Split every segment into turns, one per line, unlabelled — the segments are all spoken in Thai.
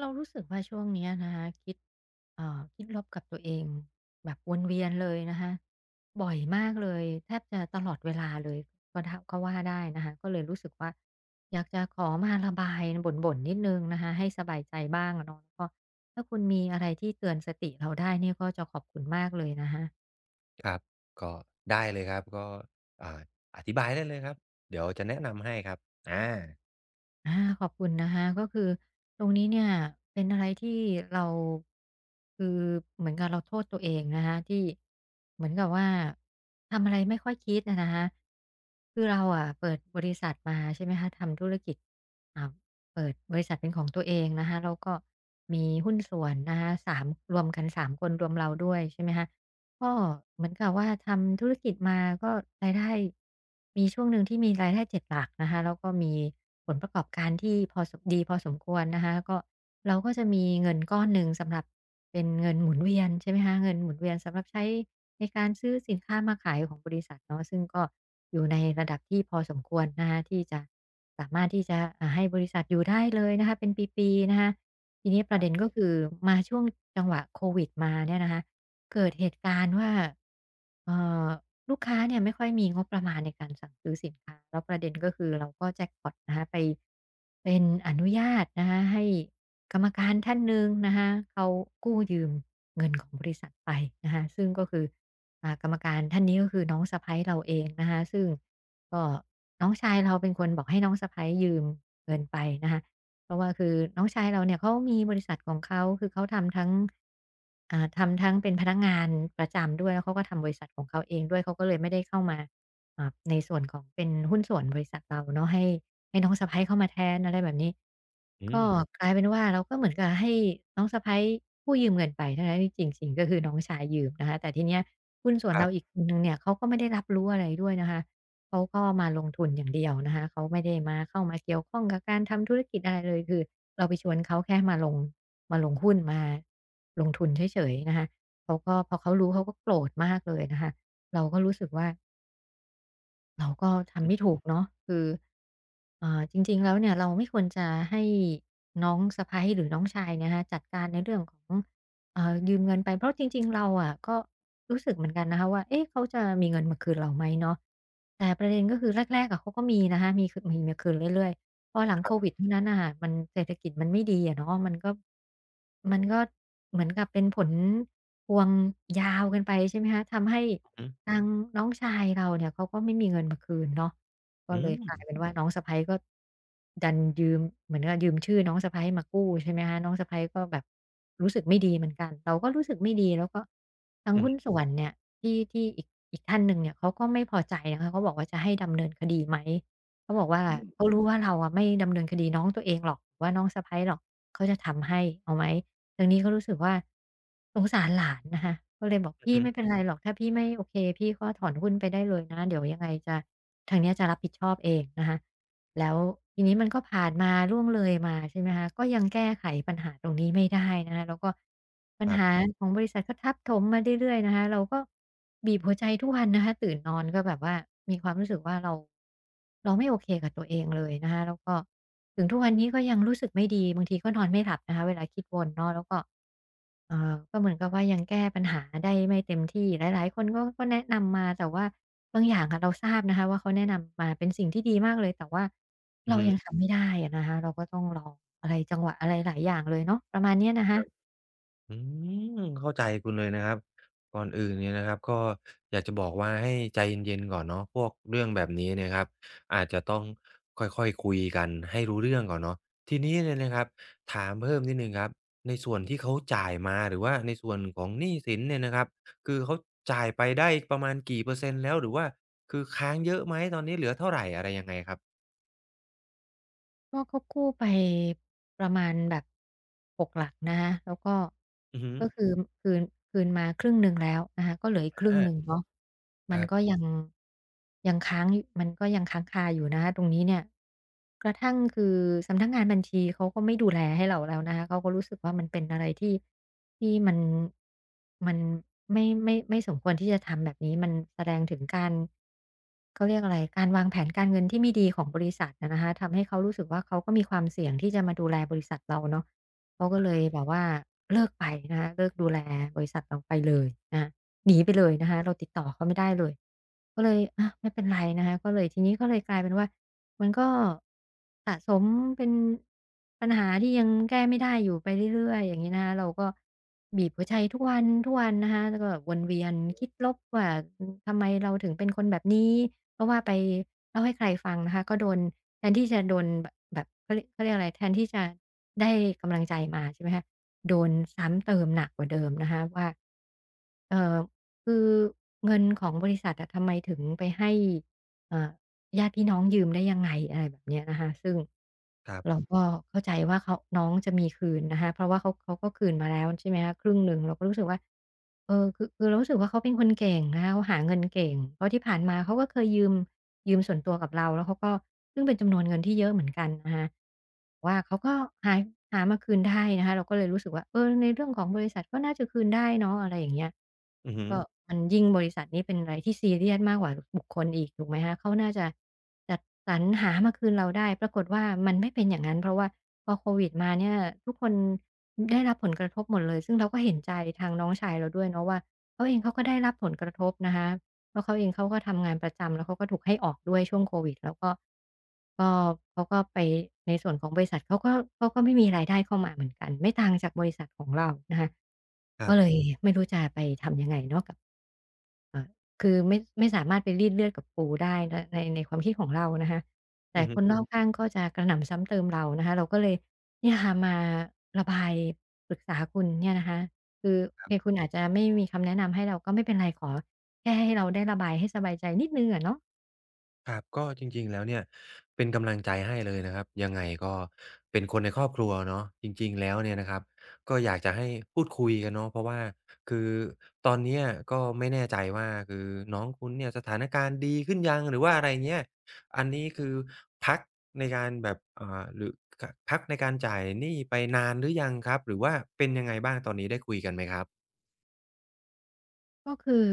เรารู้สึกว่าช่วงเนี้ยนะคะคิดคิดลบกับตัวเองแบบวนเวียนเลยนะคะบ่อยมากเลยแทบจะตลอดเวลาเลยก็ทะก็ว่าได้นะคะก็เลยรู้สึกว่าอยากจะขอมาระบายบ่นๆนิดนึงนะคะให้สบายใจบ้างอะเนาะแล้วก็ถ้าคุณมีอะไรที่เตือนสติเราได้เนี่ยก็จะขอบคุณมากเลยนะคะ
ครับก็ได้เลยครับก็อ่าอธิบายได้เลยครับเดี๋ยวจะแนะนำให้ครับอา
อาขอบคุณนะคะก็คือตรงนี้เนี่ยเป็นอะไรที่เราคือเหมือนกับเราโทษตัวเองนะคะที่เหมือนกับว่าทำอะไรไม่ค่อยคิดอะนะคะคือเราอะเปิดบริษัทมาใช่ไหมคะทำธุรกิจอ่าเปิดบริษัทเป็นของตัวเองนะคะแล้วก็มีหุ้นส่วนนะคะสามรวมกัน3คนรวมเราด้วยใช่ไหมคะ ก็เหมือนกับว่าทำธุรกิจมาก็รายได้มีช่วงหนึ่งที่มีรายได้เจ็ดหลักนะคะแล้วก็มีผลประกอบการที่พอสมดีพอสมควรนะคะก็เราก็จะมีเงินก้อนหนึ่งสำหรับเป็นเงินหมุนเวียนใช่ไหมคะเงินหมุนเวียนสำหรับใช้ในการซื้อสินค้ามาขายของบริษัทเนาะซึ่งก็อยู่ในระดับที่พอสมควรนะคะที่จะสามารถที่จะให้บริษัทอยู่ได้เลยนะคะเป็นปีๆนะคะ ทีนี้ประเด็นก็คือมาช่วงจังหวะโควิดมาเนี่ยนะคะเกิดเหตุการณ์ว่าเอ่อลูกค้าเนี่ยไม่ค่อยมีงบประมาณในการสั่งซื้อสินค้าแล้วประเด็นก็คือเราก็แจ็กพอตนะคะไปเป็นอนุญาตนะคะให้กรรมการท่านหนึ่งนะคะเขากู้ยืมเงินของบริษัทไปนะคะซึ่งก็คือกรรมการท่านนี้ก็คือน้องสะใภ้เราเองนะคะซึ่งก็น้องชายเราเป็นคนบอกให้น้องสะใภ้ยืมเงินไปนะคะ เพราะว่าคือน้องชายเราเนี่ยเขามีบริษัทของเขาคือเขาทำทั้งทำทั้งเป็นพนักงานประจำด้วยแล้วเขาก็ทำบริษัทของเขาเองด้วยเขาก็เลยไม่ได้เข้ามาในส่วนของเป็นหุ้นส่วนบริษัทเราเนาะให้ให้น้องสะใภ้เข้ามาแทนอะไรแบบนี้
อื
ก็
ม
กลายเป็นว่าเราก็เหมือนกับให้น้องสะใภ้กู้ยืมเงินไปทั้งๆที่จริงๆก็คือน้องชายยืมนะคะแต่ทีเนี้ยหุ้นส่วน
ครั
เราอีก
บ
คนหนึ่งเนี่ยเขาก็ไม่ได้รับรู้อะไรด้วยนะคะ เขาก็มาลงทุนอย่างเดียวนะคะเขาไม่ได้มาเข้ามาเกี่ยวข้องกับการทำธุรกิจอะไรเลยคือเราไปชวนเขาแค่มาลงมาลงหุ้นมาลงทุนเฉยๆนะคะเขาก็พอเขารู้เขาก็โกรธมากเลยนะคะเราก็รู้สึกว่า เราก็
อือ
ทำ
ฮึ
ไม่ถูกเนาะคือจริงๆแล้วเนี่ยเราไม่ควรจะให้น้องสะใภ้หรือน้องชายเนี่ยนะคะจัดการในเรื่องของยืมเงินไปเพราะจริงๆเราอะก็รู้สึกเหมือนกันนะคะว่าเอ๊ะเขาจะมีเงินมาคืนเราไหมเนาะแต่ประเด็นก็คือแรกๆอะเขาก็มีนะคะมีมาคืนเรื่อยๆ พอหลังโควิดเท่านั้นน่ะค่ะมันเศรษฐกิจมันไม่ดีอะเนาะมันก็มันก็เหมือนกับเป็นผลพวงยาวกันไปใช่ไหมคะทำให้
อืม
ทางน้องชายเราเนี่ยเขาก็ไม่มีเงินมาคืนเนาะก็เลยกลายเป็นว่าน้องสะใภ้ก็ดันยืมเหมือนกับยืมชื่อน้องสะใภ้มากู้ใช่ไหมคะน้องสะใภ้ก็แบบรู้สึกไม่ดีเหมือนกันเราก็รู้สึกไม่ดีแล้วก็ทาง
อือ
หุ้
ฮึ
นส่วนเนี่ยที่ที่อีกอีกท่านหนึ่งเนี่ยเขาก็ไม่พอใจนะคะเขาบอกว่าจะให้ดำเนินคดีไหม เขาบอกว่า
อ
เขารู้ว่าเราอะไม่ดำเนินคดีน้องตัวเองหรอกหรือว่าน้องสะใภ้หรอกเขาจะทำให้เอาไหมทางนี้ก็รู้สึกว่าสงสารหลานนะคะก็เลยบอก
ือ
พี่
ฮึ
ไม่เป็นไรหรอกถ้าพี่ไม่โอเคพี่ก็ถอนหุ้นไปได้เลยนะเดี๋ยวยังไงจะทางเนี้ยจะรับผิดชอบเองนะคะ แล้วทีนี้มันก็ผ่านมาล่วงเลยมาใช่ไหมคะก็ยังแก้ไขปัญหาตรงนี้ไม่ได้นะคะแล้วก็ปัญ
ครั
หา
บ
ของบริษัทก็ทับถมมาเรื่อยๆนะคะเราก็บีบหัวใจทุกวันนะคะตื่นนอนก็แบบว่ามีความรู้สึกว่าเราไม่โอเคกับตัวเองเลยนะคะแล้วก็ถึงทุกวันนี้ก็ยังรู้สึกไม่ดีบางทีก็นอนไม่หลับนะคะเวลาคิดวนเนาะแล้วก็ ก็เหมือนกับว่ายังแก้ปัญหาได้ไม่เต็มที่หลายๆคนก็แนะนำมาแต่ว่าบางอย่างอะเราทราบนะคะว่าเขาแนะนำมาเป็นสิ่งที่ดีมากเลยแต่ว่า
อือ
เรา
ฮึ
ยังทำไม่ได้อะนะคะเราก็ต้องลองอะไรจังหวะอะไรหลายอย่างเลยเนาะประมาณเนี้ยนะคะ
อืมเข้าใจคุณเลยนะครับก่อนอื่นเนี่ยนะครับก็อยากจะบอกว่าให้ใจเย็นๆก่อนเนาะพวกเรื่องแบบนี้เนี่ยครับอาจจะต้องค่อยๆคุยกันให้รู้เรื่องก่อนเนาะทีนี้เนี่ยนะครับถามเพิ่มนิดหนึ่งครับในส่วนที่เขาจ่ายมาหรือว่าในส่วนของหนี้สินเนี่ยนะครับคือเขาจ่ายไปได้ประมาณกี่เปอร์เซ็นต์แล้วหรือว่าคือค้างเยอะไหมตอนนี้เหลือเท่าไรอะไรยังไงครับ
ก็เขากู้ไปประมาณแบบ6หลักนะคะแล้วก็
อือฮึ
ก็คือคืนคืนมาครึ่งหนึ่งแล้วนะคะก็เหลืออีกครึ่งหนึ่ง
อา
เนาะ
ค
มัน
รั
ก็
บ
ยังค้างมันก็ยังค้างคาอยู่นะคะตรงนี้เนี่ยกระทั่งคือสำนักงานบัญชีเขาก็ไม่ดูแลให้เราแล้วนะคะเขาก็รู้สึกว่ามันเป็นอะไรที่ที่มันไม่สมควรที่จะทำแบบนี้มันแสดงถึงการ เขาเรียกอะไรการวางแผนการเงินที่ไม่ดีของบริษัทอะนะคะทำให้เขารู้สึกว่าเขาก็มีความเสี่ยงที่จะมาดูแลบริษัทเราเนาะเขาก็เลยแบบว่าเลิกไปนะคะเลิกดูแลบริษัทเราไปเลยนะคะหนีไปเลยนะคะเราติดต่อเขาไม่ได้เลยก็เลยอาไม่เป็นไรนะคะก็เลยทีนี้ก็เลยกลายเป็นว่า มันก็สะสมเป็นปัญหาที่ยังแก้ไม่ได้อยู่ไปเรื่อยๆอย่างนี้นะคะเราก็บีบหัวใจทุกวันทุกวันนะคะแล้วก็วนเวียนคิดลบว่าทำไมเราถึงเป็นคนแบบนี้เพราะว่าไปเล่าให้ใครฟังนะคะก็โดนแทนที่จะโดนแบบเขาเรียกอะไรแทนที่จะได้กำลังใจมาใช่ไหมคะโดนซ้ำเติมหนักกว่าเดิมนะคะว่าเอ่อคือเงินของบริษัทอะทำไมถึงไปให้เอ่อ ญาติพี่น้องยืมได้ยังไงอะไรแบบเนี้ยนะคะซึ่ง
ๆ
เราก็เข้าใจว่าเขาน้องจะมีคืนนะคะเพราะว่าเขาก็คืนมาแล้วใช่ไหมคะครึ่งหนึ่งเราก็รู้สึกว่าเออคือเรารู้สึกว่าเขาเป็นคนเก่งนะคะเขาหาเงินเก่งเพราะที่ผ่านมาเขาก็เคยยืมส่วนตัวกับเราแล้วเขาก็ซึ่งเป็นจำนวนเงินที่เยอะเหมือนกันนะคะว่าเขาก็หาหามาคืนได้นะคะเราก็เลยรู้สึกว่าเออในเรื่องของบริษัทก็น่าจะคืนได้เนาะอะไรอย่างเงี้ย
อือฮึ
ก็มันยิ่งบริษัทนี้เป็นอะไรที่ซีเรียสมากกว่าบุคคลอีกถูกไหมคะเขาน่าจะจัดสรรหามาคืนเราได้ปรากฏว่ามันไม่เป็นอย่างนั้นเพราะว่าพอโควิดมาเนี่ยทุกคนได้รับผลกระทบหมดเลยซึ่งเราก็เห็นใจทางน้องชายเราด้วยเนาะว่าเขาเองเขาก็ได้รับผลกระทบนะคะเพราะเขาเองเขาก็ทำงานประจำแล้วเขาก็ถูกให้ออกด้วยช่วงโควิดแล้วก็ก็เขาก็ไปในส่วนของบริษัทเขาก็ไม่มีรายได้เข้ามาเหมือนกันไม่ต่างจากบริษัทของเรานะคะ
ครับ
คือไม่สามารถไปรีดเลือดกับปู่ได้ในในความคิดของเรานะคะแต่
อือฮึ
คนรอบข้างก็จะกระหน่ำซ้ำเติมเรานะคะเราก็เลยเนี่ยค่ะมาระบายปรึกษาคุณเนี่ยนะคะคือโอเคคุณอาจจะไม่มีคำแนะนำให้เราก็ไม่เป็นไรขอแค่ให้เราได้ระบายให้สบายใจนิดหนึ่งอะเนาะ
ครับก็จริงๆแล้วเนี่ยเป็นกำลังใจให้เลยนะครับยังไงก็เป็นคนในครอบครัวเนาะจริงๆแล้วเนี่ยนะครับก็อยากจะให้พูดคุยกันเนาะเพราะว่าคือตอนเนี้ยก็ไม่แน่ใจว่าคือน้องคุณเนี่ยสถานการณ์ดีขึ้นยังหรือว่าอะไรเงี้ยอันนี้คือพักในการแบบอ่าหรือกพักในการจ่ายหนี้ไปนานหรือยังครับหรือว่าเป็นยังไงบ้างตอนนี้ได้คุยกันไหมครับ
ก็คือ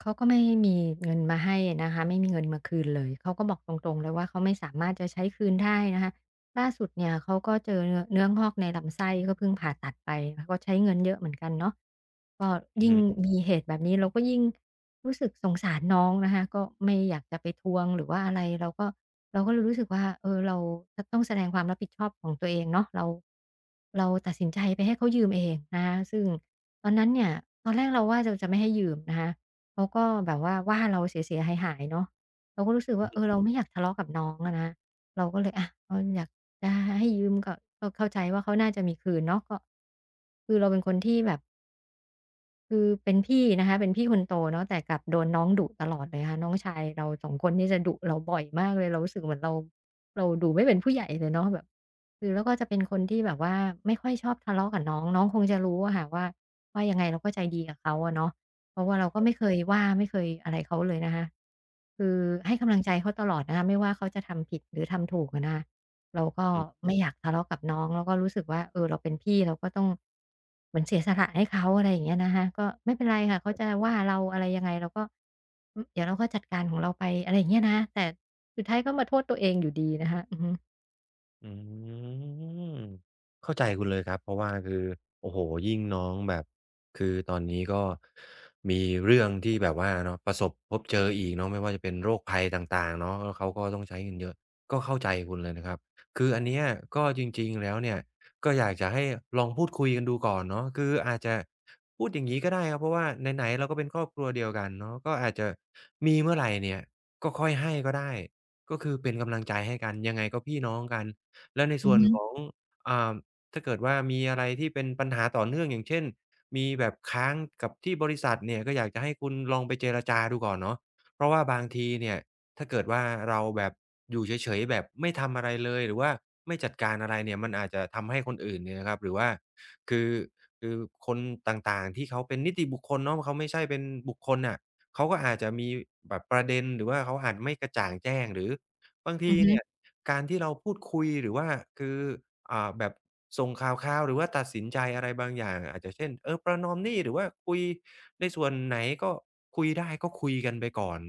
เขาก็ไม่มีเงินมาให้นะคะไม่มีเงินมาคืนเลยเขาก็บอกตรงๆเลยว่าเขาไม่สามารถจะใช้คืนได้นะคะล่าสุดเนี่ยเขาก็เจอเนื้องอกในลำไส้ก็เพิ่งผ่าตัดไปแล้วก็ใช้เงินเยอะเหมือนกันเนาะก็
อือ
ยิ่ง
ฮึ
มีเหตุแบบนี้เราก็ยิ่งรู้สึกสงสารน้องนะคะก็ไม่อยากจะไปทวงหรือว่าอะไรเราก็ เราก็เลยรู้สึกว่าเออเราจะต้องแสดงความรับผิดชอบของตัวเองเนาะเราเราตัดสินใจไปให้เขายืมเองนะคะซึ่งตอนนั้นเนี่ยตอนแรกเราว่าเราจะไม่ให้ยืมนะคะเขาก็แบบว่าเราเสียๆหายๆเนาะเราก็รู้สึกว่าเออเราไม่อยากทะเลาะกับน้องอะนะคะเราก็เลยอะเอออยากจะให้ยืมก็เข้าใจว่าเขาน่าจะมีคืนเนาะก็คือเราเป็นคนที่แบบ คือเป็นพี่นะคะเป็นพี่คนโตเนาะแต่กลับโดนน้องดุตลอดเลยค่ะน้องชายเราสองคนนี่จะดุเราบ่อยมากเลยเรารู้สึกเหมือนเราดูไม่เป็นผู้ใหญ่เลยเนาะแบบคือแล้วก็จะเป็นคนที่แบบว่าไม่ค่อยชอบทะเลาะกับน้องน้องคงจะรู้อะค่ะว่ายังไงเราก็ใจดีกับเขาอะเนาะเพราะว่าเราก็ไม่เคยอะไรเขาเลยนะคะคือให้กำลังใจเขาตลอดนะคะไม่ว่าเขาจะทำผิดหรือทำถูกอะนะคะ เราก็ไม่อยากทะเลาะกับน้องแล้วก็รู้สึกว่าเออเราเป็นพี่เราก็ต้องเหมือนเสียสละให้เขาอะไรอย่างเงี้ยนะคะก็ไม่เป็นไรค่ะเขาจะว่าเราอะไรยังไงเราก็อืมเดี๋ยวเราก็จัดการของเราไปอะไรอย่างเงี้ยนะแต่สุดท้ายก็มาโทษตัวเองอยู่ดีนะคะอือฮึ
อืมเข้าใจคุณเลยครับเพราะว่าคือโอ้โฮยิ่งน้องแบบคือตอนนี้ก็มีเรื่องที่แบบว่าเนาะประสบพบเจออีกเนาะไม่ว่าจะเป็นโรคภัยต่างๆเนาะแล้วเขาก็ต้องใช้เงินเยอะก็เข้าใจคุณเลยนะครับคืออันเนี้ยก็จริงๆแล้วเนี่ยก็อยากจะให้ลองพูดคุยกันดูก่อนเนาะคืออาจจะพูดอย่างงี้ก็ได้ครับเพราะว่าไหนๆเราก็เป็นครอบครัวเดียวกันเนาะก็อาจจะมีเมื่อไรเนี่ยก็ค่อยให้ก็ได้ก็คือเป็นกำลังใจให้กันยังไงก็พี่น้องกัน แล้วใน
อือ
ส่วน
ฮึ
ของอ่าถ้าเกิดว่ามีอะไรที่เป็นปัญหาต่อเนื่องอย่างเช่นมีแบบค้างกับที่บริษัทเนี่ยก็อยากจะให้คุณลองไปเจรจาดูก่อนเนาะเพราะว่าบางทีเนี่ยถ้าเกิดว่าเราแบบอยู่เฉยๆแบบไม่ทำอะไรเลยหรือว่าไม่จัดการอะไรเนี่ยมันอาจจะทำให้คนอื่นเนี่ยนะครับหรือว่าคือคือคนต่างๆที่เขาเป็นนิติบุคคลเนาะเขาไม่ใช่เป็นบุคคลน่ะเขาก็อาจจะมีแบบประเด็นหรือว่าเขาอาจไม่กระจ่างแจ้งหรือ บาง
อื
ที
อฮึ
เนี่ยการที่เราพูดคุยหรือว่าคือแบบส่งข่าวคราวหรือว่าตัดสินใจอะไรบางอย่างอาจจะเช่นเออประนอมหนี้หรือว่าคุยในส่วนไหนก็คุยได้ก็คุยกันไปก่อน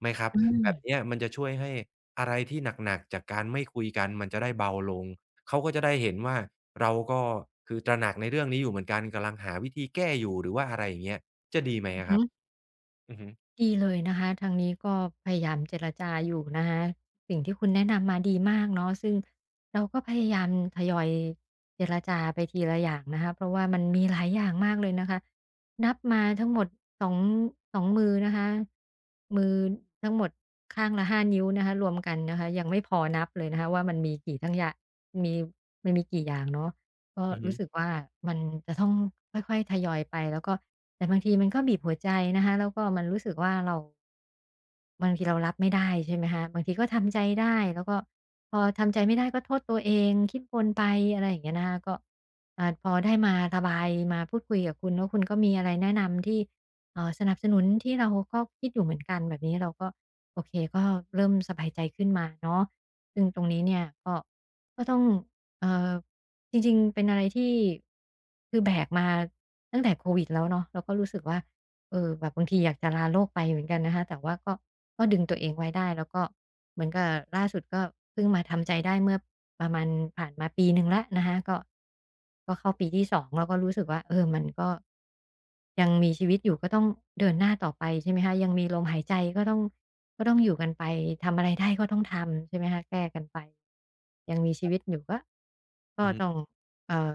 ไหมครับ
อ
แบบเนี้
ม
ยมันจะช่วยให้อะไรที่หนักๆจากการไม่คุยกันมันจะได้เบาลงเขาก็จะได้เห็นว่าเราก็คือตระหนักในเรื่องนี้อยู่เหมือนกันกำลังหาวิธีแก้อยู่หรือว่าอะไรอย่างเงี้ยจะดีไหม
อือ
อะค
ฮึ
รับอือฮึ
ดีเลยนะคะทางนี้ก็พยายามเจรจาอยู่นะคะสิ่งที่คุณแนะนำมาดีมากเนาะซึ่งเราก็พยายามทยอยเจรจาไปทีละอย่างนะคะเพราะว่ามันมีหลายอย่างมากเลยนะคะนับมาทั้งหมด สองมือนะคะมือทั้งหมดข้างละ5นิ้วนะคะรวมกันนะคะยังไม่พอนับเลยนะคะว่ามันมีกี่ทั้งอย่างมีมันมีกี่อย่างเนาะ ก็
อือฮึ
รู้สึกว่ามันจะต้องค่อยๆทยอยไปแล้วก็แต่บางทีมันก็บีบหัวใจนะคะแล้วก็มันรู้สึกว่าเราบางทีเรารับไม่ได้ใช่ไหมคะบางทีก็ทำใจได้แล้วก็พอทำใจไม่ได้ก็โทษตัวเองคิดวนไปอะไรอย่างเงี้ยนะคะก็พอได้มาระบายมาพูดคุยกับคุณแล้วคุณก็มีอะไรแนะนำที่สนับสนุนที่เราก็คิดอยู่เหมือนกันแบบนี้เราก็โอเคก็เริ่มสบายใจขึ้นมาเนาะซึ่งตรงนี้เนี่ยก็ก็ต้องเอ่อ จริงๆเป็นอะไรที่คือแบกมาตั้งแต่โควิดแล้วเนาะเราก็รู้สึกว่าเออแบบบางทีอยากจะลาโลกไปเหมือนกันนะคะแต่ว่าก็ก็ดึงตัวเองไว้ได้แล้วก็เหมือนกับล่าสุดก็เพิ่งมาทำใจได้เมื่อประมาณผ่านมาปีหนึ่งแล้วนะคะก็ก็เข้าปีที่2เราก็รู้สึกว่าเออมันก็ยังมีชีวิตอยู่ก็ต้องเดินหน้าต่อไปใช่ไหมคะยังมีลมหายใจก็ต้องก็ต้องอยู่กันไปทำอะไรได้ก็ต้องทำใช่ไหมคะแก้กันไปยังมีชีวิตอยู่ก็ก็
อือฮึ
ต้อง เอ่อ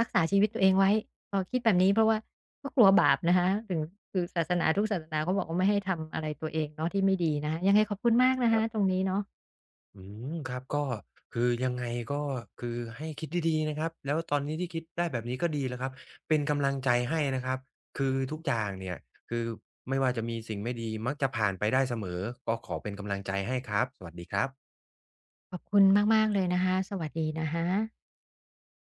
รักษาชีวิตตัวเองไว้พอคิดแบบนี้เพราะว่าก็กลัวบาปนะคะถึงคือศาสนาทุกศาสนาเขาบอกว่าไม่ให้ทำอะไรตัวเองเนาะที่ไม่ดีนะคะยังไงขอบคุณมากนะคะตรงนี้เนาะ
อืมครับก็คือยังไงก็คือให้คิดดีๆนะครับแล้วตอนนี้ที่คิดได้แบบนี้ก็ดีแล้วครับเป็นกำลังใจให้นะครับคือทุกอย่างเนี่ยคือไม่ว่าจะมีสิ่งไม่ดีมักจะผ่านไปได้เสมอก็ขอเป็นกำลังใจให้ครับสวัสดีครับ
ขอบคุณมากๆเลยนะคะสวัสดีนะคะ